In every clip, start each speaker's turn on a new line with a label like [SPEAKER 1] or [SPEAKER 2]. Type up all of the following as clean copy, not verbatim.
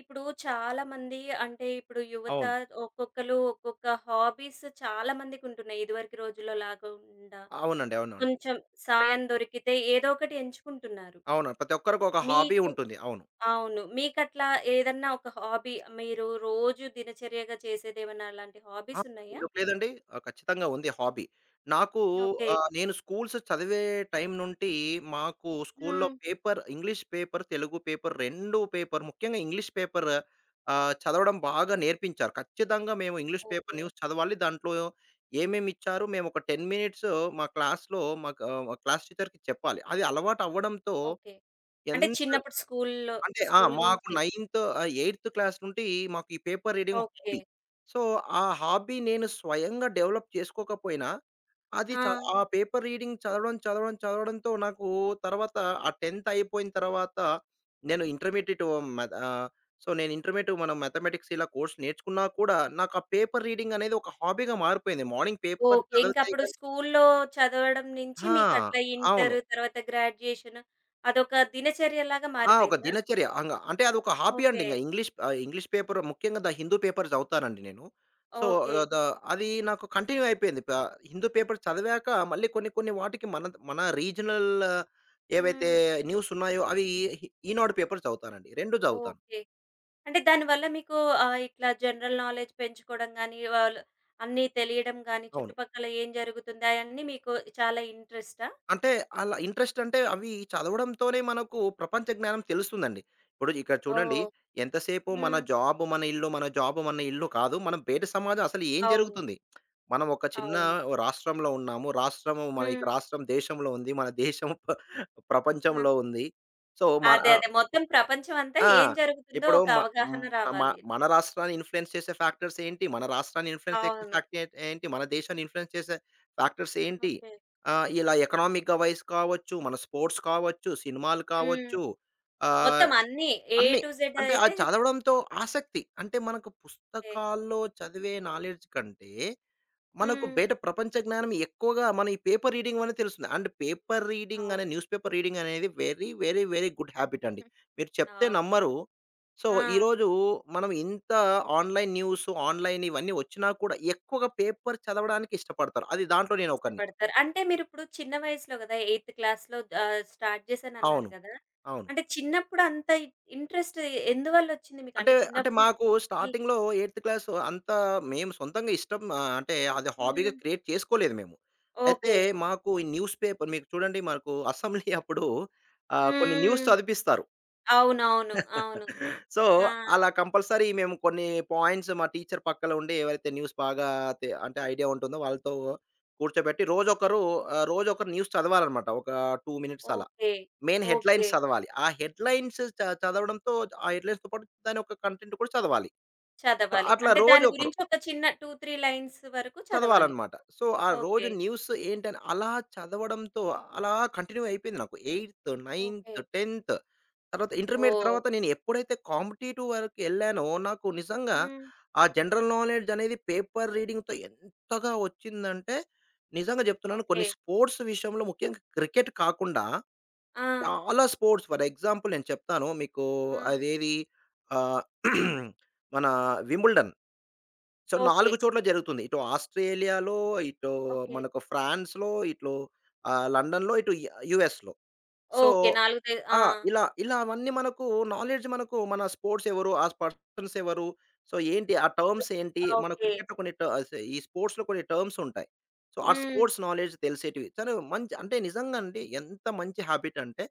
[SPEAKER 1] ఇప్పుడు చాలామంది అంటే ఇప్పుడు యువత
[SPEAKER 2] అవును.
[SPEAKER 1] ఒక్కొక్కళ్ళు ఒక్కొక్క హాబీస్ చాలా మందికుంటున్నాయి. ఇదివరకు రోజుల్లో లాకుండా
[SPEAKER 2] అవునండి. అవునండి.
[SPEAKER 1] కొంచెం సమయం దొరికితే ఏదో ఒకటి ఎంచుకుంటున్నారు.
[SPEAKER 2] అవును. ప్రతి ఒక్కరికి ఒక హాబీ
[SPEAKER 1] మీకు
[SPEAKER 2] ఉంటుంది. అవును.
[SPEAKER 1] అవును. మీకట్లా ఏదన్నా ఒక హాబీ మీరు రోజు దినచర్యగా చేసేదేమన్నా అలాంటి
[SPEAKER 2] ఆ!
[SPEAKER 1] హాబీస్ ఉన్నాయా?
[SPEAKER 2] ఎందుకు లేదండి. ఖచ్చితంగా ఉంది హాబీ. నాకు
[SPEAKER 1] ఓకే.
[SPEAKER 2] నేను స్కూల్స్ చదివే టైం నుండి మాకు స్కూల్‌లో
[SPEAKER 1] హ్మ్.
[SPEAKER 2] Paper, English paper, Telugu paper 2 paper, ముఖ్యంగా ఇంగ్లీష్ పేపర్ చదవడం బాగా నేర్పించారు. ఖచ్చితంగా మేము ఇంగ్లీష్ పేపర్
[SPEAKER 1] ఓకే.
[SPEAKER 2] న్యూస్ చదవాలి. దాంట్లో ఏమేమి ఇచ్చారు మేము ఒక 10 మినిట్స్ మా క్లాస్‌లో మాకు క్లాస్ టీచర్‌కి చెప్పాలి. అది అలవాటు అవ్వడంతో
[SPEAKER 1] ఓకే. అంటే
[SPEAKER 2] ఎంత
[SPEAKER 1] చిన్నప్పుడు స్కూల్‌లో
[SPEAKER 2] అంటే
[SPEAKER 1] స్కూల్
[SPEAKER 2] మాకు
[SPEAKER 1] నుంచే.
[SPEAKER 2] ఎయిత్ క్లాస్ నుండి మాకు ఈ paper reading
[SPEAKER 1] okay.
[SPEAKER 2] Hobby. So, ఆ హాబీ నేను స్వయంగా డెవలప్ చేసుకోకపోయినా, అది
[SPEAKER 1] ఆ!
[SPEAKER 2] చ ఆ పేపర్ రీడింగ్ చదవడం, చదవడం, చదవడంతో నాకు తర్వాత ఆ 10థ్ అయిపోయిన తర్వాత నేను ఇంటర్మీడియేట్ మెథ్ ఆహ్, సో, నేను ఇంటర్మీడియేట్ మనం మ్యాథమెటిక్స్ ఇలా కోర్స్ నేర్చుకున్నా కూడా, నాకు ఆ పేపర్ రీడింగ్ అనేది ఒక హాబీగా మారిపోయింది. Morning paper
[SPEAKER 1] okay.
[SPEAKER 2] చదివితే
[SPEAKER 1] ఇంకప్పుడు
[SPEAKER 2] గాని
[SPEAKER 1] స్కూల్లో చదవడం నుంచి
[SPEAKER 2] ఆ!
[SPEAKER 1] మీకట్లా
[SPEAKER 2] అవును.
[SPEAKER 1] ఇంటరు, తర్వాత గ్రాడ్యుయేషన్ అదొక దినచర్యలాగా
[SPEAKER 2] ఆ! ఒక
[SPEAKER 1] మారిపోయిందా?
[SPEAKER 2] దినచర్య. అంటే అదొక హాబీ అండి
[SPEAKER 1] ఓకే.
[SPEAKER 2] ఇంగ్లీష్ ఇంగ్లీష్ పేపర్ ముఖ్యంగా ద హిందూ పేపర్ చదువుతానండి నేను. So,
[SPEAKER 1] okay.
[SPEAKER 2] ఆహ్, ద అది నాకు కంటిన్యూ అయిపోయింది. హిందూ పేపర్ చదివాక మళ్ళీ కొన్ని కొన్ని వాటికి మన మన రీజనల్ ఏవైతే
[SPEAKER 1] హ్మ్.
[SPEAKER 2] న్యూస్ ఉన్నాయో అవి ఈ ఈనాడు పేపర్ చదువుతానండి. 2 చదువుతాను.
[SPEAKER 1] ఓకే. అంటే దానివల్ల మీకు ఇట్లా జనరల్ నాలెడ్జ్ పెంచుకోవడం గానీ, వాళ్ళు అన్నీ తెలియడం గానీ,
[SPEAKER 2] అవును.
[SPEAKER 1] చుట్టుపక్కల ఏం జరుగుతుంది అయన్నీ మీకు చాలా ఇంట్రెస్టా?
[SPEAKER 2] అంటే అలా ఇంట్రెస్ట్ అంటే అవి చదవడంతోనే మనకు ప్రపంచ జ్ఞానం తెలుస్తుందండి. ఇప్పుడు ఇక్కడ చూడండి
[SPEAKER 1] ఓహ్!
[SPEAKER 2] ఎంతసేపు మన
[SPEAKER 1] హ్మ్.
[SPEAKER 2] జాబ్ మన ఇల్లు, మన జాబ్ మన ఇల్లు కాదు. మనం బయట సమాజం అసలు ఏం
[SPEAKER 1] అవును.
[SPEAKER 2] జరుగుతుంది? మనం ఒక చిన్న
[SPEAKER 1] అవును.
[SPEAKER 2] రాష్ట్రంలో ఉన్నాము. రాష్ట్రము మన ఇక
[SPEAKER 1] హ్మ్.
[SPEAKER 2] రాష్ట్రం దేశంలో ఉంది. మన దేశం
[SPEAKER 1] ఆహా!
[SPEAKER 2] ప్రపంచంలో ఉంది. సో మన
[SPEAKER 1] అదే. అదే. మొత్తం ప్రపంచం అంతా
[SPEAKER 2] ఆ!
[SPEAKER 1] ఏం జరుగుతుందో
[SPEAKER 2] ఇప్పుడు
[SPEAKER 1] ఒక
[SPEAKER 2] మ
[SPEAKER 1] అవగాహన
[SPEAKER 2] మ మ
[SPEAKER 1] రావాలి.
[SPEAKER 2] మన రాష్ట్రాన్ని ఇన్‌ఫ్లూయెన్స్ చేసే ఫ్యాక్టర్స్ ఏంటి? మన రాష్ట్రాన్ని ఇన్‌ఫ్లూయెన్స్ చేసే
[SPEAKER 1] అవును.
[SPEAKER 2] ఫ్యాక్టర్ ఏంటి? మన దేశాన్ని ఇన్‌ఫ్లూయెన్స్ చేసే ఫ్యాక్టర్స్ ఏంటి?
[SPEAKER 1] ఓకే.
[SPEAKER 2] ఇలా ఎకనామిక్‌గా వైస్ కావచ్చు, మన స్పోర్ట్స్ కావచ్చు, సినిమాలు
[SPEAKER 1] హ్మ్.
[SPEAKER 2] కావచ్చు. ఆహ్,
[SPEAKER 1] మొత్తం అన్నీ ఏ
[SPEAKER 2] అన్నీ.
[SPEAKER 1] టు జెడ్
[SPEAKER 2] అంటే
[SPEAKER 1] అయితే
[SPEAKER 2] అది చదవడంతో ఆసక్తి. అంటే మనకు పుస్తకాల్లో చదివే నాలెడ్జ్ కంటే మనకు
[SPEAKER 1] హ్మ్.
[SPEAKER 2] బయట ప్రపంచ జ్ఞానం ఎక్కువగా మన ఈ పేపర్ రీడింగ్ వల్ల తెలుస్తుంది. అండ్ పేపర్ రీడింగ్ అనే
[SPEAKER 1] అవును.
[SPEAKER 2] న్యూస్ పేపర్ రీడింగ్ అనేది very, very, very good habit అండి.
[SPEAKER 1] హ్మ్.
[SPEAKER 2] మీరు చెప్తే
[SPEAKER 1] అవునవును.
[SPEAKER 2] నమ్మరు. సో,
[SPEAKER 1] ఆ!
[SPEAKER 2] ఈరోజు మనం ఇంత ఆన్‌లైన్ న్యూస్, ఆన్‌లైన్ ఇవన్నీ వచ్చినా కూడా ఎక్కువగా పేపర్ చదవడానికి ఇష్టపడతారు. అది దాంట్లో నేను ఒకడిని.
[SPEAKER 1] ఇష్టపడతారు. అంటే మీరిప్పుడు చిన్న వయసులో గదా! 8థ్ క్లాస్‌లో స్టార్ట్ చేశానన్నారు
[SPEAKER 2] అవును.
[SPEAKER 1] గదా!
[SPEAKER 2] అవును.
[SPEAKER 1] అంటే చిన్నప్పుడు అంత ఇంట్రెస్ట్ ఎందువల్లొచ్చింది మీకు?
[SPEAKER 2] అంటే,
[SPEAKER 1] అంటే
[SPEAKER 2] అంటే
[SPEAKER 1] చిన్నప్పుడు
[SPEAKER 2] మాకు
[SPEAKER 1] ఈ
[SPEAKER 2] స్టార్టింగ్‌లో 8థ్ క్లాస్ అంతా మేము సొంతంగా అంటే అది హాబీగా
[SPEAKER 1] హ్మ్.
[SPEAKER 2] క్రియేట్ చేసుకోలేదు మేము. అయితే
[SPEAKER 1] ఓకే.
[SPEAKER 2] మాకు ఈ న్యూస్ పేపర్ మీకు చూడండి మనకు అసెంబ్లీ అప్పుడు కొన్ని న్యూస్
[SPEAKER 1] హ్మ్.
[SPEAKER 2] చదివిపిస్తారు.
[SPEAKER 1] అవునవును. అవును.
[SPEAKER 2] సో,
[SPEAKER 1] ఆ!
[SPEAKER 2] అలా కంపల్సరీ మేము కొన్ని పాయింట్స్ మా టీచర్ పక్కన ఉండి ఎవరైతే న్యూస్ బాగా అంటే ఐడియా ఉంటుందో వాళ్ళతో కూర్చోబెట్టి రోజొకరు రోజొకరు న్యూస్ చదవాలనమాట. ఒక 2 మినిట్స్ అలా.
[SPEAKER 1] ఓకే.
[SPEAKER 2] Main
[SPEAKER 1] okay.
[SPEAKER 2] హెడ్‌లైన్స్ చదవాలి. ఆ హెడ్‌లైన్స్ చదవడంతో ఆ హెడ్‌లైన్స్‌తో పాటు దాని యొక్క కంటెంట్ కూడా చదవాలి. సో,
[SPEAKER 1] చదవాలి.
[SPEAKER 2] అట్లా
[SPEAKER 1] అంటే దాని
[SPEAKER 2] రోజొకరు
[SPEAKER 1] గురించి ఒక చిన్న 2, 3 లైన్స్ వరకు చదవాలి.
[SPEAKER 2] చదవాలనమాట. సో, ఆ
[SPEAKER 1] ఓకే.
[SPEAKER 2] రోజు న్యూస్ ఏంటని అలా చదవడంతో అలా కంటిన్యూ అయిపోయింది నాకు. 8థ్, 9థ్,
[SPEAKER 1] ఓకే.
[SPEAKER 2] 10థ్ తర్వాత ఇంటర్మీడియేట్
[SPEAKER 1] ఓహ్!
[SPEAKER 2] తర్వాత నేను ఎప్పుడైతే కాంపిటీటివ్ వరకెళ్ళానో నాకు నిజంగా
[SPEAKER 1] హ్మ్.
[SPEAKER 2] ఆ జనరల్ నాలెడ్జ్ అనేది పేపర్ రీడింగ్‌తో ఎంతగా వచ్చిందంటే, నిజంగా చెప్తున్నాను కొన్ని
[SPEAKER 1] ఓకే.
[SPEAKER 2] స్పోర్ట్స్ విషయంలో ముఖ్యంగా క్రికెట్ కాకుండా
[SPEAKER 1] ఆ!
[SPEAKER 2] చాలా స్పోర్ట్స్ ఫర్ ఎగ్జాంపుల్ నేను చెప్తాను మీకు
[SPEAKER 1] ఆ!
[SPEAKER 2] అదేది ఆహ్, మన వింబుల్డన్. So
[SPEAKER 1] okay.
[SPEAKER 2] 4 చోట్ల జరుగుతుంది. ఇటు ఆస్ట్రేలియాలో, ఇటు
[SPEAKER 1] ఓకే.
[SPEAKER 2] మనకు ఫ్రాన్స్‌లో, ఇటు లండన్‌లో, ఇటు యూఎస్‌లో. So
[SPEAKER 1] okay. 4 తే ఆ!
[SPEAKER 2] ఆ! ఇలా ఇలా అవన్నీ మనకు నాలెడ్జ్ మనకు మన స్పోర్ట్స్ ఎవరు? ఆ పర్సన్స్ ఎవరు? సో ఏంటి? ఆ టర్మ్స్ ఏంటి? మన
[SPEAKER 1] ఓకే.
[SPEAKER 2] క్రికెట్‌లో కొన్ని ట సే ఈ స్పోర్ట్స్‌లో కొన్ని టర్మ్స్ ఉంటాయి. సో ఆ
[SPEAKER 1] హ్మ్.
[SPEAKER 2] స్పోర్ట్స్ నాలెడ్జ్ తెలిసేటివి. తను మంచి అంటే నిజంగా అండి ఎంత మంచి హాబిట్ అంటే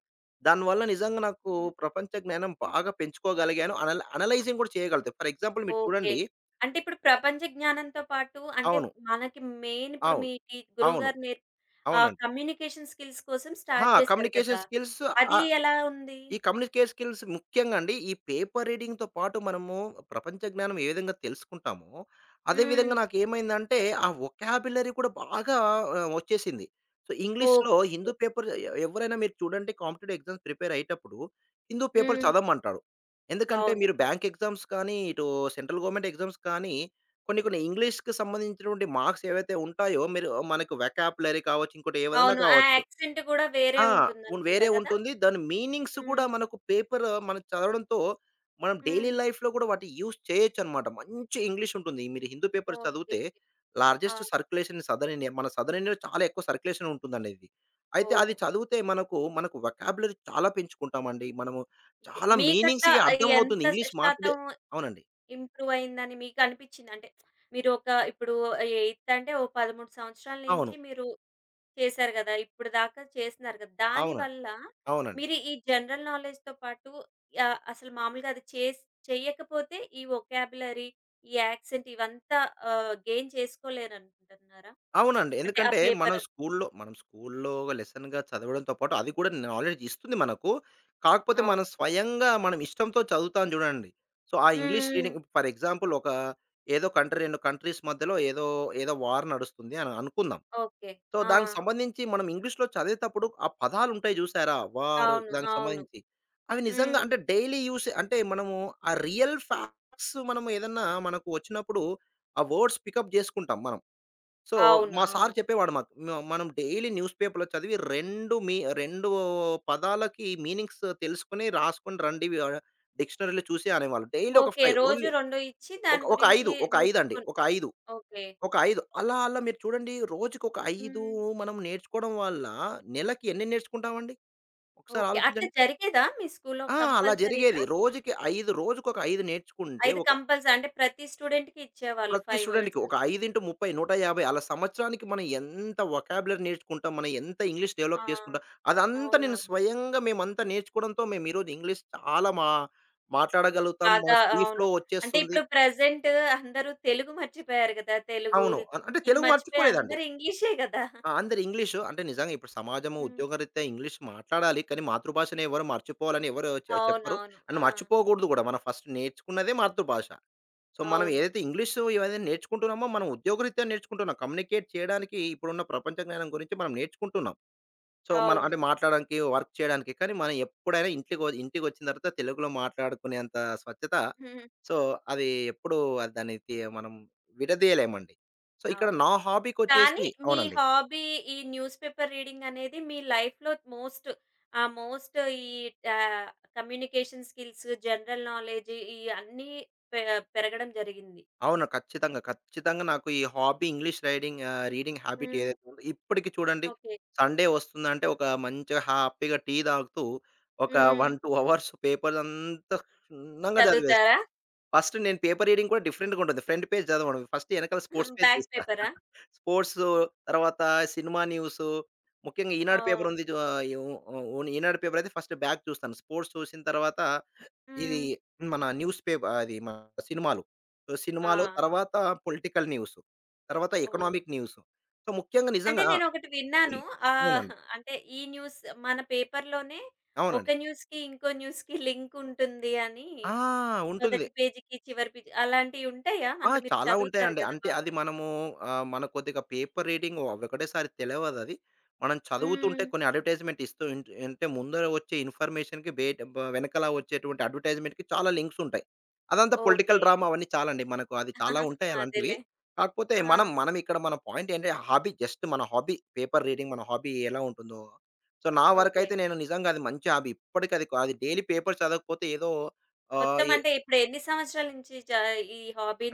[SPEAKER 2] దానివల్ల నిజంగా నాకు ప్రపంచ జ్ఞానం బాగా పెంచుకోగలిగాను.
[SPEAKER 1] అ
[SPEAKER 2] అనలైజింగ్ కూడా చేయగలుగుతా. ఫర్ ఎగ్జాంపుల్ మీరు
[SPEAKER 1] ఓకే.
[SPEAKER 2] చూడండి
[SPEAKER 1] అంటే ఇప్పుడు ప్రపంచ జ్ఞానంతో పాటు అంటే
[SPEAKER 2] అవును.
[SPEAKER 1] మనకి మెయిన్ ఇప్పుడు
[SPEAKER 2] అవును.
[SPEAKER 1] మీ టీ
[SPEAKER 2] అవును.
[SPEAKER 1] గురువుగారు నేర్
[SPEAKER 2] అవునండి.
[SPEAKER 1] కమ్యూనికేషన్ స్కిల్స్ కోసం
[SPEAKER 2] ఆ!
[SPEAKER 1] స్టార్ట్ చేశారు
[SPEAKER 2] కమ్యూనికేషన్
[SPEAKER 1] కదా!
[SPEAKER 2] స్కిల్స్
[SPEAKER 1] అది
[SPEAKER 2] ఆహ్,
[SPEAKER 1] ఎలా ఉంది?
[SPEAKER 2] ఈ కమ్యూనికేషన్ స్కిల్స్ ముఖ్యంగా అండి, ఈ పేపర్ రీడింగ్‌తో పాటు మనము ప్రపంచ జ్ఞానం ఏ విధంగా తెలుసుకుంటామో, అదే
[SPEAKER 1] హ్మ్.
[SPEAKER 2] విధంగా నాకేమైందంటే, ఆ వొకాబులరీ కూడా బాగా వచ్చేసింది. సో, ఇంగ్లీష్‌లో
[SPEAKER 1] ఓకే.
[SPEAKER 2] హిందూ పేపర్ ఎవరైనా మీరు చూడండి కాంపిటేటివ్ ఎగ్జామ్స్ ప్రిపేర్ అయ్యేటప్పుడు, హిందూ పేపర్
[SPEAKER 1] హ్మ్.
[SPEAKER 2] చదవమంటాడు. ఎందుకంటే,
[SPEAKER 1] అవును.
[SPEAKER 2] మీరు బ్యాంక్ ఎగ్జామ్స్ కానీ, ఇటు సెంట్రల్ గవర్నమెంట్ ఎగ్జామ్స్ కానీ, కొన్ని కొన్ని ఇంగ్లీష్‌కి సంబంధించినటువంటి మార్క్స్ ఏవైతే ఉంటాయో, మీరు మనకు వొకాబులరీ కావచ్చు, ఇంకోటి ఏవైనా
[SPEAKER 1] అవును. ఆ
[SPEAKER 2] కావచ్చు.
[SPEAKER 1] యాక్సెంట్ కూడా వేరే
[SPEAKER 2] ఆ! వేరే
[SPEAKER 1] ఉంటుందనుకుంటా కదా!
[SPEAKER 2] ఉంటుంది. దాని మీనింగ్స్ కూడా
[SPEAKER 1] హ్మ్.
[SPEAKER 2] మనకు పేపర్ మనం చదవడంతో, మనం డైలీ
[SPEAKER 1] హ్మ్.
[SPEAKER 2] లైఫ్‌లో కూడా వాటి యూజ్ చేయొచ్చనమాట. మంచి ఇంగ్లీష్ ఉంటుంది. మీరు హిందూ పేపర్
[SPEAKER 1] ఓకే.
[SPEAKER 2] చదివితే
[SPEAKER 1] ఓకే. ఆ!
[SPEAKER 2] Largest circulation in southern India. మన సదర్న్ ఇండియాలో చాలా ఎక్కువ సర్క్యులేషన్ ఉంటుందండి ఇది. అయితే
[SPEAKER 1] ఓహ్!
[SPEAKER 2] అది చదివితే మనకు, మనకు వొకాబులరీ చాలా పెంచుకుంటామండి. మనము
[SPEAKER 1] ఓకే.
[SPEAKER 2] చాలా
[SPEAKER 1] మీకట్లా
[SPEAKER 2] మీనింగ్స్‌కి అర్థమవుతుంది.
[SPEAKER 1] ఎంత
[SPEAKER 2] ఇంగ్లీష్ మాట్లాడే
[SPEAKER 1] శాతం
[SPEAKER 2] అవునండి.
[SPEAKER 1] ఇంప్రూవ్ అయిందని మీకు అనిపించిందా? అంటే మీరు ఒక ఇప్పుడు ఎయిత్ అంటే ఓ 13 సంవత్సరాల
[SPEAKER 2] అవును.
[SPEAKER 1] నుంచి మీరు చేశారు గదా! ఇప్పుడు దాకా చేస్తున్నారు గదా!
[SPEAKER 2] అవును.
[SPEAKER 1] దానివల్ల
[SPEAKER 2] అవునండి.
[SPEAKER 1] మీరు ఈ జనరల్ నాలెడ్జ్‌తో పాటు అసలు మామూలుగా అది చేసి చెయ్యకపోతే ఈ వొకాబులరీ, ఈ యాక్సెంట్ ఇవంతా గెయిన్ చేసుకోలేరనుకుంటున్నారా?
[SPEAKER 2] అవునండి.
[SPEAKER 1] అంటే ఆ
[SPEAKER 2] ఎందుకంటే మనం
[SPEAKER 1] పేపర్
[SPEAKER 2] స్కూల్లో మనం స్కూల్లో లెసన్‌గా చదవడంతో పాటు అది కూడా నాలెడ్జ్ ఇస్తుంది మనకు. కాకపోతే మనం
[SPEAKER 1] అవును.
[SPEAKER 2] స్వయంగా మనం ఇష్టంతో చదువుతాం చూడండి. సో, ఆ ఇంగ్లీష్
[SPEAKER 1] హ్మ్. హ్మ్.
[SPEAKER 2] రీడింగ్ ఫర్ ఎగ్జాంపుల్ ఒక ఏదో కంట్రీ 2 కంట్రీస్ మధ్యలో ఏదో ఏదో వార్ నడుస్తుంది అని అనుకుందాం.
[SPEAKER 1] ఓకే.
[SPEAKER 2] సో,
[SPEAKER 1] ఆ!
[SPEAKER 2] దానికి సంబంధించి మనం ఇంగ్లీష్‌లో చదివేటప్పుడు ఆ పదాలుంటాయి చూసారా? వార్
[SPEAKER 1] అవును.
[SPEAKER 2] దానికి
[SPEAKER 1] అవును.
[SPEAKER 2] సంబంధించి. అవి నిజంగా
[SPEAKER 1] హ్మ్.
[SPEAKER 2] అంటే డైలీ యూస్ అంటే మనము ఆ రియల్ ఫ్యాక్ట్స్ మనం ఏదన్నా మనకు వచ్చినప్పుడు ఆ వర్డ్స్ పికప్ చేసుకుంటాం మనం. సో,
[SPEAKER 1] అవును.
[SPEAKER 2] మా సార్
[SPEAKER 1] అవును.
[SPEAKER 2] చెప్పేవాడు మాకు. మనం డైలీ న్యూస్ పేపర్‌లో చదివి 2 పదాలకి మీనింగ్స్ తెలుసుకొని, రాసుకొని రండి డిక్షనరీలో చూసి అనేవాళ్ళు. డైలీ ఒక
[SPEAKER 1] ఓకే.
[SPEAKER 2] 5
[SPEAKER 1] రోజు
[SPEAKER 2] ఓన్లీ
[SPEAKER 1] 2 ఇచ్చి
[SPEAKER 2] ఒక
[SPEAKER 1] దాని
[SPEAKER 2] ఒక
[SPEAKER 1] గురించి
[SPEAKER 2] 5, ఒక 5 అండి.
[SPEAKER 1] నేర్చుకొని
[SPEAKER 2] ఒక 5,
[SPEAKER 1] ఓకే.
[SPEAKER 2] ఒక 5 అలా అలా మీరు చూడండి రోజుకొక 5
[SPEAKER 1] హ్మ్.
[SPEAKER 2] మనం నేర్చుకోవడం వల్ల నెలకి ఎన్ని నేర్చుకుంటామండి? ఒకసారి
[SPEAKER 1] ఓకే. అట్లా
[SPEAKER 2] ఆలోచించండి.
[SPEAKER 1] జరిగేదా మీ స్కూల్లో
[SPEAKER 2] ఆ! అలా జరిగేది.
[SPEAKER 1] కంపల్సరీగా?
[SPEAKER 2] రోజుకి 5 రోజుకొక 5 నేర్చుకుంటే
[SPEAKER 1] 5
[SPEAKER 2] ఒక
[SPEAKER 1] కంపల్సరీ అంటే ప్రతి స్టూడెంట్‌కి ఇచ్చేవాళ్ళు
[SPEAKER 2] ప్రతి
[SPEAKER 1] 5
[SPEAKER 2] స్టూడెంట్‌కి
[SPEAKER 1] వర్డ్స్.
[SPEAKER 2] ఒక 5 ఇంటూ 30 150 అలా సంవత్సరానికి మనం ఎంత వొకాబులరీ నేర్చుకుంటాం. మనం ఎంత ఇంగ్లీష్
[SPEAKER 1] ఆ!
[SPEAKER 2] డెవలప్ చేసుకుంటాం. అదంతా
[SPEAKER 1] అవునవును.
[SPEAKER 2] నేను స్వయంగా మేమంతా నేర్చుకోవడంతో మేము ఈరోజు ఇంగ్లీష్ చాలా మాట్లాడగలుగుతాం. మన
[SPEAKER 1] బాగా
[SPEAKER 2] ఫ్రీ ఫ్లో
[SPEAKER 1] అవును. అంటే
[SPEAKER 2] వచ్చేస్తుంది.
[SPEAKER 1] ఇప్పుడు ప్రెజెంట్ అందరూ తెలుగు మర్చిపోయారు గదా!
[SPEAKER 2] అవును. అంటే
[SPEAKER 1] ఇది
[SPEAKER 2] తెలుగు
[SPEAKER 1] మర్చిపోయి
[SPEAKER 2] మర్చిపోలేదండి.
[SPEAKER 1] అందరూ ఇంగ్లీషే గదా!
[SPEAKER 2] ఆ! అందరు ఇంగ్లీషు అంటే నిజంగా ఇప్పుడు సమాజము
[SPEAKER 1] హ్మ్.
[SPEAKER 2] ఉద్యోగరీత్యా ఇంగ్లీష్ మాట్లాడాలి. కానీ మాతృభాషను ఎవరు మర్చిపోవాలని ఎవరు చెప్పరు.
[SPEAKER 1] అవునవును.
[SPEAKER 2] అండ్
[SPEAKER 1] ఆ!
[SPEAKER 2] మర్చిపోకూడదు కూడా. మనం ఫస్ట్ నేర్చుకున్నదే మాతృభాష. సో, మనం
[SPEAKER 1] అవును.
[SPEAKER 2] ఏదైతే ఇంగ్లీషు ఇవన్నీ నేర్చుకుంటున్నామో, మనం ఉద్యోగరీత్యా నేర్చుకుంటున్నాం. కమ్యూనికేట్ చేయడానికి ఇప్పుడున్న ప్రపంచ జ్ఞానం గురించి మనం నేర్చుకుంటున్నాం. సో, మనం
[SPEAKER 1] అవును.
[SPEAKER 2] అంటే మాట్లాడడానికి, వర్క్ చేయడానికి. కానీ మనం ఎప్పుడైనా ఇంటికొచ్చిన తర్వాత తెలుగులో మాట్లాడుకునేంత స్వచ్ఛత
[SPEAKER 1] హ్మ్.
[SPEAKER 2] సో, అది ఎప్పుడూ దాన్ని తి మనం విడదీయలేమండి. సో, ఇక్కడ
[SPEAKER 1] అవును.
[SPEAKER 2] నా
[SPEAKER 1] కానీ
[SPEAKER 2] హాబీకొచ్చేసి
[SPEAKER 1] మీ
[SPEAKER 2] అవునండి.
[SPEAKER 1] హాబీ ఈ న్యూస్ పేపర్ రీడింగ్ అనేది మీ లైఫ్‌లో మోస్ట్ ఆ! మోస్ట్ ఈ ఆహ్, కమ్యూనికేషన్ స్కిల్స్, జనరల్ నాలెడ్జ్ ఈ అన్నీ పె పెరగడం జరిగింది.
[SPEAKER 2] అవును. ఖచ్చితంగా. ఖచ్చితంగా నాకు ఈ హాబీ రీడింగ్ హాబిట్
[SPEAKER 1] హ్మ్.
[SPEAKER 2] ఏదైతే ఉందో ఇప్పటికి చూడండి
[SPEAKER 1] ఓకే.
[SPEAKER 2] సండే వస్తుందంటే ఒక మంచిగా హ్యాపీగా టీ తాగుతూ ఒక 1,
[SPEAKER 1] హ్మ్.
[SPEAKER 2] 2 అవర్స్ పేపరంతా క్షుణ్ణంగా చదివేస్తా.
[SPEAKER 1] చదువుతారా?
[SPEAKER 2] ఫస్ట్ నేను పేపర్ రీడింగ్ కూడా డిఫరెంట్‌గా ఉంటుంది. ఫ్రంట్ పేజ్ చదవను. ఫస్ట్ ఎనకాల స్పోర్ట్స్ పేజ్
[SPEAKER 1] బ్యాక్
[SPEAKER 2] చూస్తా.
[SPEAKER 1] పేపరా?
[SPEAKER 2] స్పోర్ట్సు, తర్వాత సినిమా న్యూసు, ముఖ్యంగా ఈనాడు పేపర్
[SPEAKER 1] ఓహ్!
[SPEAKER 2] ఉంది. చు ఆహ్, యు ఉ ఈనాడు పేపర్ అయితే ఫస్ట్ బ్యాక్ చూస్తాను. స్పోర్ట్స్ చూసిన తర్వాత ఇది
[SPEAKER 1] హ్మ్.
[SPEAKER 2] మన న్యూస్ పేప అది మన సినిమాలు. సో, సినిమాలు
[SPEAKER 1] ఆ!
[SPEAKER 2] తర్వాత పొలిటికల్ న్యూస్. తర్వాత
[SPEAKER 1] ఓహ్!
[SPEAKER 2] Economic news. సో, ముఖ్యంగా
[SPEAKER 1] అంటే
[SPEAKER 2] నిజంగా
[SPEAKER 1] నేనొకటి విన్నాను.
[SPEAKER 2] అవునండి.
[SPEAKER 1] అంటే ఈ న్యూస్ మన పేపర్‌లోనే ఒక
[SPEAKER 2] అవునండి.
[SPEAKER 1] న్యూస్‌కి ఇంకో న్యూస్‌కి లింక్ ఉంటుంది అని
[SPEAKER 2] ఆ! ఉంటుంది.
[SPEAKER 1] మొదటి పేజీకి, చివరి పేజీ అలాంటియి ఉంటాయా?
[SPEAKER 2] ఆ!
[SPEAKER 1] అంటే మీరు
[SPEAKER 2] చాలా
[SPEAKER 1] చదువుతారు
[SPEAKER 2] ఉంటాయండి.
[SPEAKER 1] గదా
[SPEAKER 2] అంటే
[SPEAKER 1] బాగా.
[SPEAKER 2] అది మనము మన కొద్దిగా పేపర్ రీడింగ్ ఒకటేసారి తెలవదది. మనం చదువుతుంటే
[SPEAKER 1] హ్మ్.
[SPEAKER 2] కొన్ని అడ్వర్టైజ్‌మెంట్ ఇస్తూ అంటే ముందర వచ్చే ఇన్ఫర్మేషన్‌కి బేట్ బ వెనకాల వచ్చేటువంటి అడ్వర్టైజ్‌మెంట్‌కి చాలా లింక్స్ ఉంటాయి. అదంతా
[SPEAKER 1] ఓకే.
[SPEAKER 2] పొలిటికల్ డ్రామా అవన్నీ చాలండి. మనకు అది చాలా ఉంటాయి అలాంటివి.
[SPEAKER 1] అదేలే.
[SPEAKER 2] కాకపోతే
[SPEAKER 1] ఆ!
[SPEAKER 2] మనం మనం ఇక్కడ మన పాయింట్ ఏంటంటే హాబీ జస్ట్ మన హాబీ పేపర్ రీడింగ్ మన హాబీ ఎలా ఉంటుందో. సో, నా
[SPEAKER 1] ఓకే.
[SPEAKER 2] వరకైతే నేను నిజంగా అది మంచి హాబీ. ఇప్పటికి అది అది డైలీ పేపర్ చదవకపోతే ఏదో ఆహ్,
[SPEAKER 1] మొత్తం
[SPEAKER 2] ఏ
[SPEAKER 1] అంటే ఇప్పుడు ఎన్ని సంవత్సరాల నుంచి ఈ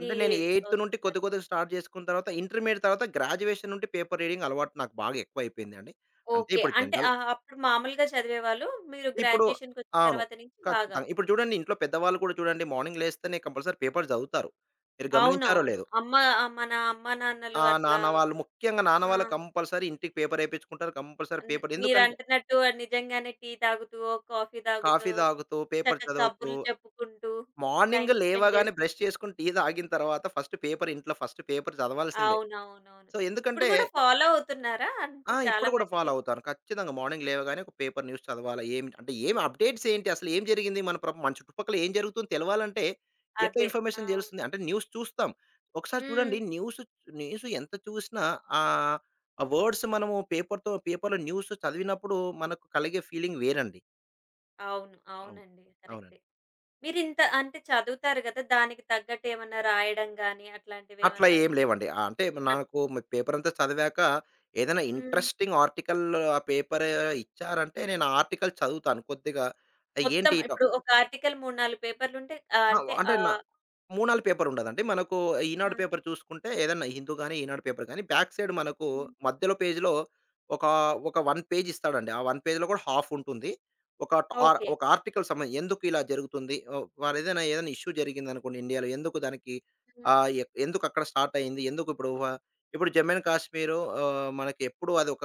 [SPEAKER 2] అంటే నేను ఎయిత్ నుండి కొద్ది
[SPEAKER 1] వస్తున్నారు?
[SPEAKER 2] కొద్దిగా స్టార్ట్ చేసుకున్న తర్వాత ఇంటర్మీడియేట్ తర్వాత గ్రాడ్యుయేషన్ నుండి పేపర్ రీడింగ్ అలవాటు నాకు బాగా ఎక్కువైపోయిందండి. అంటే
[SPEAKER 1] ఓకే.
[SPEAKER 2] ఇప్పుడు
[SPEAKER 1] అంటే
[SPEAKER 2] జనరల్
[SPEAKER 1] అప్పుడు మామూలుగా చదివేవాళ్ళు. మీరు
[SPEAKER 2] ఇప్పుడు
[SPEAKER 1] గ్రాడ్యుయేషన్‌కొచ్చిన
[SPEAKER 2] అవును.
[SPEAKER 1] తర్వాత నుంచి బాగా.
[SPEAKER 2] ఖచ్చితంగా. ఇప్పుడు చూడండి ఇంట్లో పెద్దవాళ్ళు కూడా చూడండి మార్నింగ్ లేస్తేనే కంపల్సరీ పేపర్ చదువుతారు. మీరు గమనించారో
[SPEAKER 1] అవునవును.
[SPEAKER 2] లేదో.
[SPEAKER 1] అమ్మ మన అమ్మ నాన్నలు
[SPEAKER 2] ఆహ్,
[SPEAKER 1] అట్లా
[SPEAKER 2] నాన్న వాళ్ళు ముఖ్యంగా నాన్న
[SPEAKER 1] ఆ!
[SPEAKER 2] వాళ్ళు కంపల్సరీ ఇంటికి పేపర్ ఏపిచ్చుకుంటారు. కంపల్సరీ
[SPEAKER 1] అన్
[SPEAKER 2] పేపర్ ఎందుకంటే
[SPEAKER 1] మీరంటున్నట్టు నిజంగానే టీ తాగుతూ, కాఫీ తాగుతూ,
[SPEAKER 2] కాఫీ తాగుతూ, పేపర్
[SPEAKER 1] చక్కగా
[SPEAKER 2] చదువుతూ
[SPEAKER 1] కబుర్లు చెప్పుకుంటూ
[SPEAKER 2] మార్నింగ్
[SPEAKER 1] టైమ్ స్పెండ్
[SPEAKER 2] లేవగానే
[SPEAKER 1] జేస్
[SPEAKER 2] బ్రష్ చేసుకొని టీ తాగిన తర్వాత ఫస్ట్ పేపర్ ఇంట్లో ఫస్ట్ పేపర్ చదవాల్సిందే.
[SPEAKER 1] అవునవునవును.
[SPEAKER 2] సో,
[SPEAKER 1] ఇప్పుడు
[SPEAKER 2] ఎందుకంటే
[SPEAKER 1] గూడా ఫాలో అవుతున్నారా?
[SPEAKER 2] ఆ!
[SPEAKER 1] అంటే చాలా
[SPEAKER 2] ఇప్పుడు గూడా ఫాలో
[SPEAKER 1] మటికి?
[SPEAKER 2] అవుతాను. ఖచ్చితంగా మార్నింగ్ లేవగానే ఒక పేపర్ న్యూస్ చదవాలా, ఏమి అంటే ఏం అప్డేట్స్ ఏంటి? అసలు ఏం జరిగింది? మన చుట్టుపక్కల ఏం జరుగుతుందో తెలవాలంటే ఎట్లా
[SPEAKER 1] అదే. ఆ!
[SPEAKER 2] ఇన్ఫర్మేషన్ తెలుస్తుంది? అంటే న్యూస్ చూస్తాం. ఒకసారి
[SPEAKER 1] హ్మ్.
[SPEAKER 2] చూడండి న్యూస్, న్యూస్ ఎంత చూసినా ఆహ్, ఆ వర్డ్స్ మనము పేపర్‌లో న్యూస్ చదివినప్పుడు మనకు కలిగే ఫీలింగ్ వేరండి.
[SPEAKER 1] అవును.
[SPEAKER 2] అవును.
[SPEAKER 1] అవునండి. కరెక్టే.
[SPEAKER 2] అవునండి.
[SPEAKER 1] మీరింత అంటే చదువుతారు గదా! దానికి తగ్గట్టు ఏమన్నా రాయడం గాని
[SPEAKER 2] అట్లా
[SPEAKER 1] అట్లాంటివేమన్నా
[SPEAKER 2] ఏం
[SPEAKER 1] ఇప్పుడు
[SPEAKER 2] లేవండి. అంటే
[SPEAKER 1] అ
[SPEAKER 2] నాకు పేపర్ అంతా చదివాక ఏదైనా
[SPEAKER 1] హ్మ్.
[SPEAKER 2] ఇంట్రెస్టింగ్ ఆర్టికల్ ఆ పేపర్ ఇచ్చారంటే నేను ఆ ఆర్టికల్ చదువుతాను కొద్దిగా.
[SPEAKER 1] మొత్తం
[SPEAKER 2] ఏంటి?
[SPEAKER 1] ఇప్పుడు ఒక ఆర్టికల్ 3, 4 పేపర్లుంటే
[SPEAKER 2] ఆ!
[SPEAKER 1] అంటే
[SPEAKER 2] అంటే నా మూనాలు పేపర్ ఉండదండి. మనకు
[SPEAKER 1] ఆ!
[SPEAKER 2] ఈనాడు పేపర్ చూసుకుంటే ఏదన్నా హిందూ గాని, ఈనాడు పేపర్ గాని బ్యాక్ సైడ్ మనకు
[SPEAKER 1] హ్మ్.
[SPEAKER 2] మధ్యలో పేజ్‌లో ఒక, ఒక 1 పేజ్ ఇస్తాడండి. ఆ 1 పేజ్‌లో కూడా హాఫ్ ఉంటుంది.
[SPEAKER 1] ఓకే.
[SPEAKER 2] ఒక ఆర్టికల్ సంబంధించి ఎందుకు ఇలా జరుగుతుంది? వారు ఏదైనా ఇష్యూ జరిగిందనుకోండి ఇండియాలో ఎందుకు దానికి
[SPEAKER 1] హ్మ్.
[SPEAKER 2] ఆహ్, ఎ ఎందుకు అక్కడ స్టార్ట్ అయింది? ఎందుకు ఇప్పుడు వ ఇప్పుడు జమ్మూ అండ్ కాశ్మీరు మనకి ఎప్పుడు అది ఒక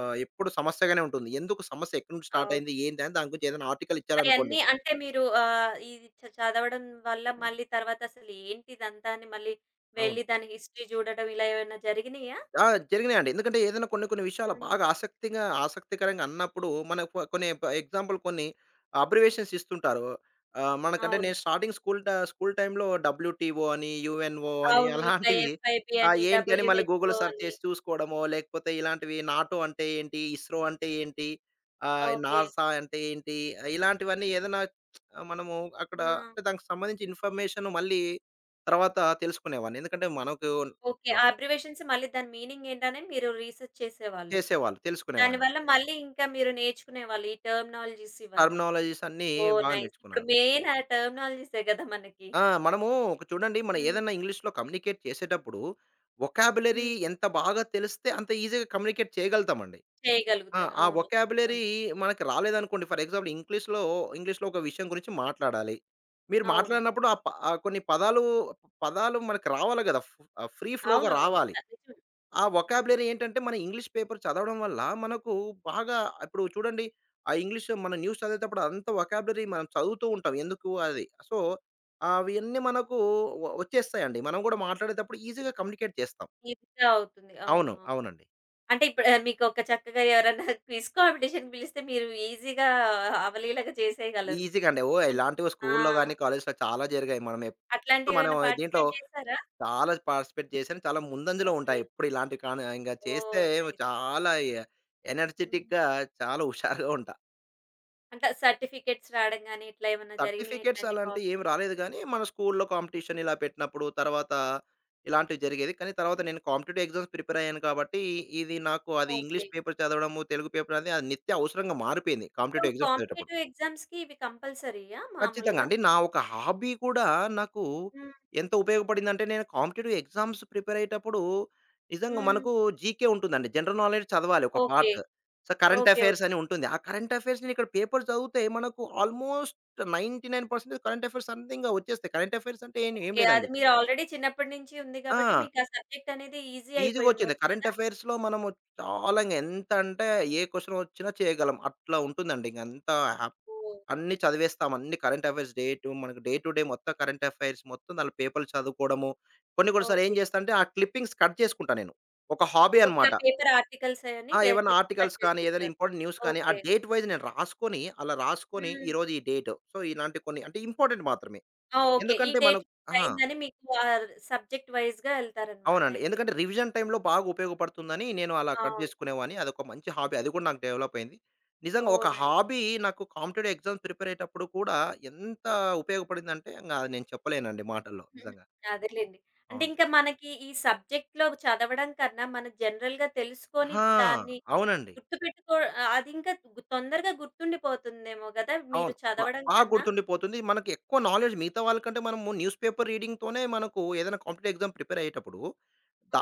[SPEAKER 2] ఎప్పుడు సమస్యగానే ఉంటుంది. ఎందుకు సమస్య ఎక్కడి నుండి స్టార్ట్
[SPEAKER 1] అవును.
[SPEAKER 2] అయింది? ఏంటి? అని దాని గురించి ఏదైనా ఆర్టికల్ ఇచ్చారనుకోండి
[SPEAKER 1] అయన్నీ అంటే మీరు ఇది చదవడం వల్ల మళ్ళీ తర్వాతసలు ఏంటిదంతా అని మళ్ళీ
[SPEAKER 2] అవును.
[SPEAKER 1] వెళ్లి దాని హిస్టరీ జూడడం ఇలా ఏమైనా జరిగినియా?
[SPEAKER 2] ఆ! జరిగినాయండి. ఎందుకంటే ఏదైనా కొన్ని కొన్ని విషయాలు
[SPEAKER 1] హ్మ్.
[SPEAKER 2] బాగా ఆసక్తిగా ఆసక్తికరంగా అన్నప్పుడు మనకు కొన్ని ఎగ్జాంపుల్ కొన్ని అబ్రివేషన్స్ ఇస్తుంటారు. మనకంటే
[SPEAKER 1] అవును.
[SPEAKER 2] నేను స్టార్టింగ్ స్కూల్ టైమ్‌లో డబ్ల్యూటీఓ అని, యూఎన్ఓ అని
[SPEAKER 1] అవును. ఇట్లా
[SPEAKER 2] అలాంటివి
[SPEAKER 1] ఎఫ్ఐబి అని,
[SPEAKER 2] ఏంటి అని మళ్ళీ గూగుల్
[SPEAKER 1] డబ్ల్యూహెచ్ఓ
[SPEAKER 2] సెర్చ్
[SPEAKER 1] అని.
[SPEAKER 2] చేసి చూసుకోవడమో, లేకపోతే ఇలాంటివి నాటో అంటే ఏంటి? ఇస్రో అంటే ఏంటి?
[SPEAKER 1] ఓకే.
[SPEAKER 2] నాసా అంటే ఏంటి? ఇలాంటివన్నీ ఏదైనా మనము అక్కడ
[SPEAKER 1] ఆ!
[SPEAKER 2] అంటే దానికి సంబంధించి ఇన్ఫర్మేషన్ మళ్ళీ తర్వాత తెలుసుకునేవాడిని. ఎందుకంటే మనకు
[SPEAKER 1] ఓకే. ఆ అబ్రివియేషన్స్ మళ్ళీ దాని మీనింగ్ ఏంటని మీరు రీసెర్చ్ చేసేవాళ్ళు.
[SPEAKER 2] చేసేవాళ్ళు. తెలుసుకునేవాను.
[SPEAKER 1] దానివల్ల మళ్ళీ ఇంకా మీరు నేర్చుకునేవాళ్ళు ఈ టెర్మినాలజీస్ ఇవన్నీ.
[SPEAKER 2] టర్మినాలజీస్ అన్నీ
[SPEAKER 1] ఓహ్!
[SPEAKER 2] బాగా
[SPEAKER 1] నైస్. ఇప్పుడు
[SPEAKER 2] నేర్చుకున్నాను.
[SPEAKER 1] మెయిన్ ఆ టెర్మినాలజీసే గదా! మనకి.
[SPEAKER 2] ఆ! మనము ఒక చూడండి మనం
[SPEAKER 1] హ్మ్.
[SPEAKER 2] ఏదన్నా ఇంగ్లీష్‌లో కమ్యూనికేట్ చేసేటప్పుడు వొకాబులరీ
[SPEAKER 1] హ్మ్.
[SPEAKER 2] ఎంత బాగా తెలిస్తే అంత ఈజీగా కమ్యూనికేట్ చేయగలుగుతామండి. ఆ!
[SPEAKER 1] చేయగలుగుతారు.
[SPEAKER 2] ఆ
[SPEAKER 1] అవును.
[SPEAKER 2] వొకాబులరీ
[SPEAKER 1] అవును.
[SPEAKER 2] మనకి రాలేదనుకోండి ఫర్ ఎగ్జాంపుల్ ఇంగ్లీష్‌లో ఇంగ్లీష్‌లో ఒక విషయం గురించి మాట్లాడాలి. మీరు
[SPEAKER 1] అవును.
[SPEAKER 2] మాట్లాడినప్పుడు ఆ కొన్ని పదాలు మనకు రావాలి గదా! ఫ్రీ ఫ్లో‌గా
[SPEAKER 1] అవునవును.
[SPEAKER 2] రావాలి.
[SPEAKER 1] నిజం.
[SPEAKER 2] ఆ
[SPEAKER 1] హ్మ్.
[SPEAKER 2] వొకాబులరీ ఏంటంటే, మన ఇంగ్లీష్ పేపర్ చదవడం వల్ల మనకు బాగా ఇప్పుడు చూడండి, ఆ ఇంగ్లీష్ మన న్యూస్ చదివేటప్పుడు అంత వొకాబులరీ మనం చదువుతూ ఉంటాం. ఎందుకు అది. సో, అవన్నీ మనకు వచ్చేస్తాయండి. మనం గూడా మాట్లాడేటప్పుడు ఈజీగా కమ్యూనికేట్ చేస్తాం.
[SPEAKER 1] ఈజీగా అవుతుంది.
[SPEAKER 2] అవును.
[SPEAKER 1] అవును.
[SPEAKER 2] అవునండి.
[SPEAKER 1] అంటే ఇప్పుడు మీకొక చక్కగా ఎవరన్నా క్విజ్ కాంపిటీషన్ పిలిస్తే మీరు ఈజీగా అవలీలగా చేసేయగలరు.
[SPEAKER 2] ఈజీగా అండి. ఓహ్!
[SPEAKER 1] అన్
[SPEAKER 2] ఇలాంటివి
[SPEAKER 1] ఆ!
[SPEAKER 2] స్కూల్‌లో గాని, కాలేజ్‌లో చాలా జరిగాయి. మనం ఎప్పుడు
[SPEAKER 1] అట్లాంటివేమైనా
[SPEAKER 2] దీంట్లో
[SPEAKER 1] పార్టిసిపేట్ జేసారా?
[SPEAKER 2] చాలా పార్టిసిపేట్ చేశాను. చాలా ముందంజలో
[SPEAKER 1] ఓకే.
[SPEAKER 2] ఉంటాయి. ఎప్పుడు ఇలాంటివి కానీ ఇంగా చేస్తే
[SPEAKER 1] ఓహ్! నైస్.
[SPEAKER 2] చాలా
[SPEAKER 1] హ్మ్.
[SPEAKER 2] ఎనర్జిటిక్‌గా చాలా హుషారుగా ఉంటా.
[SPEAKER 1] అంటే సర్టిఫికేట్స్ రాడం గాని, ఇట్లా ఏమన్నా జరిగినాయా
[SPEAKER 2] సర్టిఫికేట్స్
[SPEAKER 1] ఇట్లాంటి
[SPEAKER 2] అలాంటివి ఏమి
[SPEAKER 1] కాంపిటీషన్స్?
[SPEAKER 2] రాలేదు గానీ, మన స్కూల్‌లో కాంపిటీషన్ ఇలా పెట్టినప్పుడు, తర్వాత ఇలాంటివి జరిగేది. కానీ తర్వాత నేను కాంపిటేటివ్ ఎగ్జామ్స్ ప్రిపేర్ అయ్యాను కాబట్టి, ఇది నాకు అది
[SPEAKER 1] ఓకే.
[SPEAKER 2] ఇంగ్లీష్ పేపర్ చదవడము, తెలుగు పేపర్ అనేది అది నిత్య అవసరంగా మారిపోయింది.
[SPEAKER 1] ఇప్పుడు
[SPEAKER 2] కాంపిటేటివ్ ఎగ్జామ్స్ చదివేటప్పుడు.
[SPEAKER 1] కాంపిటీటివ్ ఎగ్జామ్స్‌కి ఇవి కంపల్సరీయా
[SPEAKER 2] ఖచ్చితంగా.
[SPEAKER 1] మామూలుగా?
[SPEAKER 2] అంటే నా ఒక హాబీ కూడా నాకు
[SPEAKER 1] హ్మ్.
[SPEAKER 2] ఎంత ఉపయోగపడిందంటే, నేను కాంపిటీటివ్ ఎగ్జామ్స్ ప్రిపేర్ అయ్యేటప్పుడు నిజంగా
[SPEAKER 1] హ్మ్.
[SPEAKER 2] మనకు జీకే ఉంటుందండి. జనరల్ నాలెడ్జ్ చదవాలి ఒక
[SPEAKER 1] okay.
[SPEAKER 2] Part. So, current
[SPEAKER 1] okay.
[SPEAKER 2] Affairs
[SPEAKER 1] okay.
[SPEAKER 2] అని ఉంటుంది. ఆ కరెంట్ అఫైర్స్ నేను ఇక్కడ పేపర్ చదివితే మనకు ఆల్మోస్ట్ 99% కరెంట్ అఫైర్స్ సంథింగ్ వచ్చేస్తాయి. కరెంట్ అఫైర్స్ అంటే ఏం ఏం
[SPEAKER 1] ఓకే.
[SPEAKER 2] లేదండి.
[SPEAKER 1] అది మీరు ఆల్రెడీ చిన్నప్పటి నుంచి ఉంది కాబట్టి,
[SPEAKER 2] ఆ!
[SPEAKER 1] మీకు ఆ సబ్జెక్ట్ అనేది ఈజీ
[SPEAKER 2] ఈజీగా
[SPEAKER 1] అయిపోయి
[SPEAKER 2] వచ్చింది.
[SPEAKER 1] ఉండొచ్చు
[SPEAKER 2] కరెంట్
[SPEAKER 1] గదా!
[SPEAKER 2] అఫైర్స్‌లో మనము చాలా ఇంగ ఎంత అంటే ఏ క్వెషన్ వచ్చినా చేయగలం. అట్లా ఉంటుందండి. ఇంక అంత హ్యా
[SPEAKER 1] ఓహ్!
[SPEAKER 2] అన్నీ చదివేస్తాం. అన్ని కరెంట్ అఫైర్స్ డే టు మనకు డే టు డే మొత్తం కరెంట్ అఫైర్స్ మొత్తం దాంట్లో పేపర్లు చదువుకోవడము. కొన్ని కొన్ని సార్లు ఏం
[SPEAKER 1] ఓకే.
[SPEAKER 2] చేస్తా అంటే ఆ క్లిప్పింగ్స్ కట్ చేసుకుంటా నేను. ఒక హాబీ
[SPEAKER 1] ఓకే. ఆ
[SPEAKER 2] అనమాట.
[SPEAKER 1] పేపర్ ఆర్టికల్స్ అయన్నీ
[SPEAKER 2] ఆ! ఏవన్నా
[SPEAKER 1] క్లిప్ కట్
[SPEAKER 2] ఆర్టికల్స్ కానీ, ఏదైనా
[SPEAKER 1] చేసుకుంటారు.
[SPEAKER 2] ఇంపార్టెంట్ న్యూస్ కానీ ఆ
[SPEAKER 1] ఓకే.
[SPEAKER 2] డేట్ వైస్ నేను రాసుకొని, అలా రాసుకొని
[SPEAKER 1] హ్మ్.
[SPEAKER 2] ఈరోజు ఈ డేట్. సో, ఇలాంటి కొన్ని అంటే ఇంపార్టెంట్ మాత్రమే.
[SPEAKER 1] ఆ! ఓకే. ఈ
[SPEAKER 2] ఎందుకంటే మనం
[SPEAKER 1] డేట్‌కి
[SPEAKER 2] ఆ!
[SPEAKER 1] ఇదయిందని మీకు సబ్జెక్ట్ వైస్‌గా ఎళ్తారనమాట
[SPEAKER 2] అవునండి.
[SPEAKER 1] అయితే.
[SPEAKER 2] ఎందుకంటే రివిజన్ టైమ్‌లో బాగా ఉపయోగపడుతుందని నేను అలా కట్
[SPEAKER 1] అవును.
[SPEAKER 2] చేసుకునేవాడిని. అదొక మంచి హాబీ. అది కూడా నాకు డెవలప్ అయింది. నిజంగా ఒక
[SPEAKER 1] ఓహ్! నైస్.
[SPEAKER 2] హాబీ నాకు కాంపిటేటివ్ ఎగ్జామ్స్ ప్రిపేర్ అయ్యేటప్పుడు కూడా ఎంత ఉపయోగపడిందంటే ఇంగ అది నేను చెప్పలేనండి మాటల్లో
[SPEAKER 1] హుహు.
[SPEAKER 2] నిజంగా.
[SPEAKER 1] అదేలెండి. అంటే
[SPEAKER 2] అవును.
[SPEAKER 1] ఇంకా మనకి ఈ సబ్జెక్ట్‌లో చదవడం కన్నా, మనం జనరల్‌గా తెలుసుకొని
[SPEAKER 2] ఆ!
[SPEAKER 1] దాన్ని
[SPEAKER 2] అవునండి.
[SPEAKER 1] గుర్తుపెట్టుకో అది ఇంకా తొందరగా గుర్తుండిపోతుందేమో గదా! మీరు
[SPEAKER 2] అవును.
[SPEAKER 1] చదవడం
[SPEAKER 2] బాగా
[SPEAKER 1] కన్నా?
[SPEAKER 2] గుర్తుండిపోతుంది. మనకి ఎక్కువ నాలెడ్జ్ మిగతా వాళ్ళకంటే మనము న్యూస్ పేపర్ రీడింగ్‌తోనే మనకు ఏదైనా కాంపిటేటివ్ ఎగ్జామ్ ప్రిపేర్ అయ్యేటప్పుడు,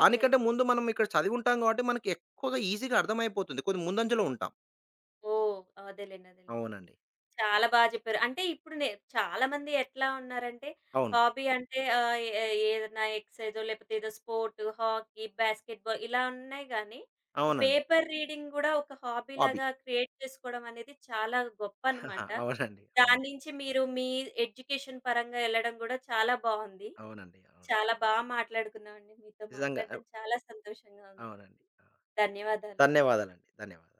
[SPEAKER 1] ఓకే.
[SPEAKER 2] ముందు మనం ఇక్కడ చదివి ఉంటాం కాబట్టి మనకి ఎక్కువగా ఈజీగా అర్థమైపోతుంది. కొంచెం ముందంజలో ఉంటాం.
[SPEAKER 1] ఓహ్! అదేలెండి. అదేలెండి.
[SPEAKER 2] అవునండి.
[SPEAKER 1] చాలా బాగా చెప్పారు. అంటే ఇప్పుడు చాలామంది ఎట్లా ఉన్నారంటే,
[SPEAKER 2] అవును.
[SPEAKER 1] హాబీ అంటే ఏ ఏదైనా ఎక్సర్‌సైజో లేకపోతే ఏదో స్పోర్ట్, హాకీ, బాస్కెట్‌బాల్ ఇలా ఉన్నాయి గానీ, ఈ
[SPEAKER 2] అవునండి.
[SPEAKER 1] పేపర్ రీడింగ్ గూడా ఒక హాబీ
[SPEAKER 2] హాబీ.
[SPEAKER 1] లాగా క్రియేట్ చేసుకోవడం అనేది చాలా
[SPEAKER 2] అహా!
[SPEAKER 1] గొప్పనమాట.
[SPEAKER 2] అవునండి. అవును.
[SPEAKER 1] దాని నుంచి మీరు మీ ఎడ్యుకేషన్ పరంగా ఎళ్ళడం గూడా చాలా బావుంది.
[SPEAKER 2] అవునండి. అవును.
[SPEAKER 1] చాలా బా మాట్లాడుకున్నామండి. మీతో
[SPEAKER 2] నిజంగా.
[SPEAKER 1] మాట్లాడడం చాలా సంతోషంగా ఉంది.
[SPEAKER 2] అవునండి. ఆ!
[SPEAKER 1] ధన్యవాదాలు.
[SPEAKER 2] ధన్యవాదాలండి. ధన్యవాదాలు.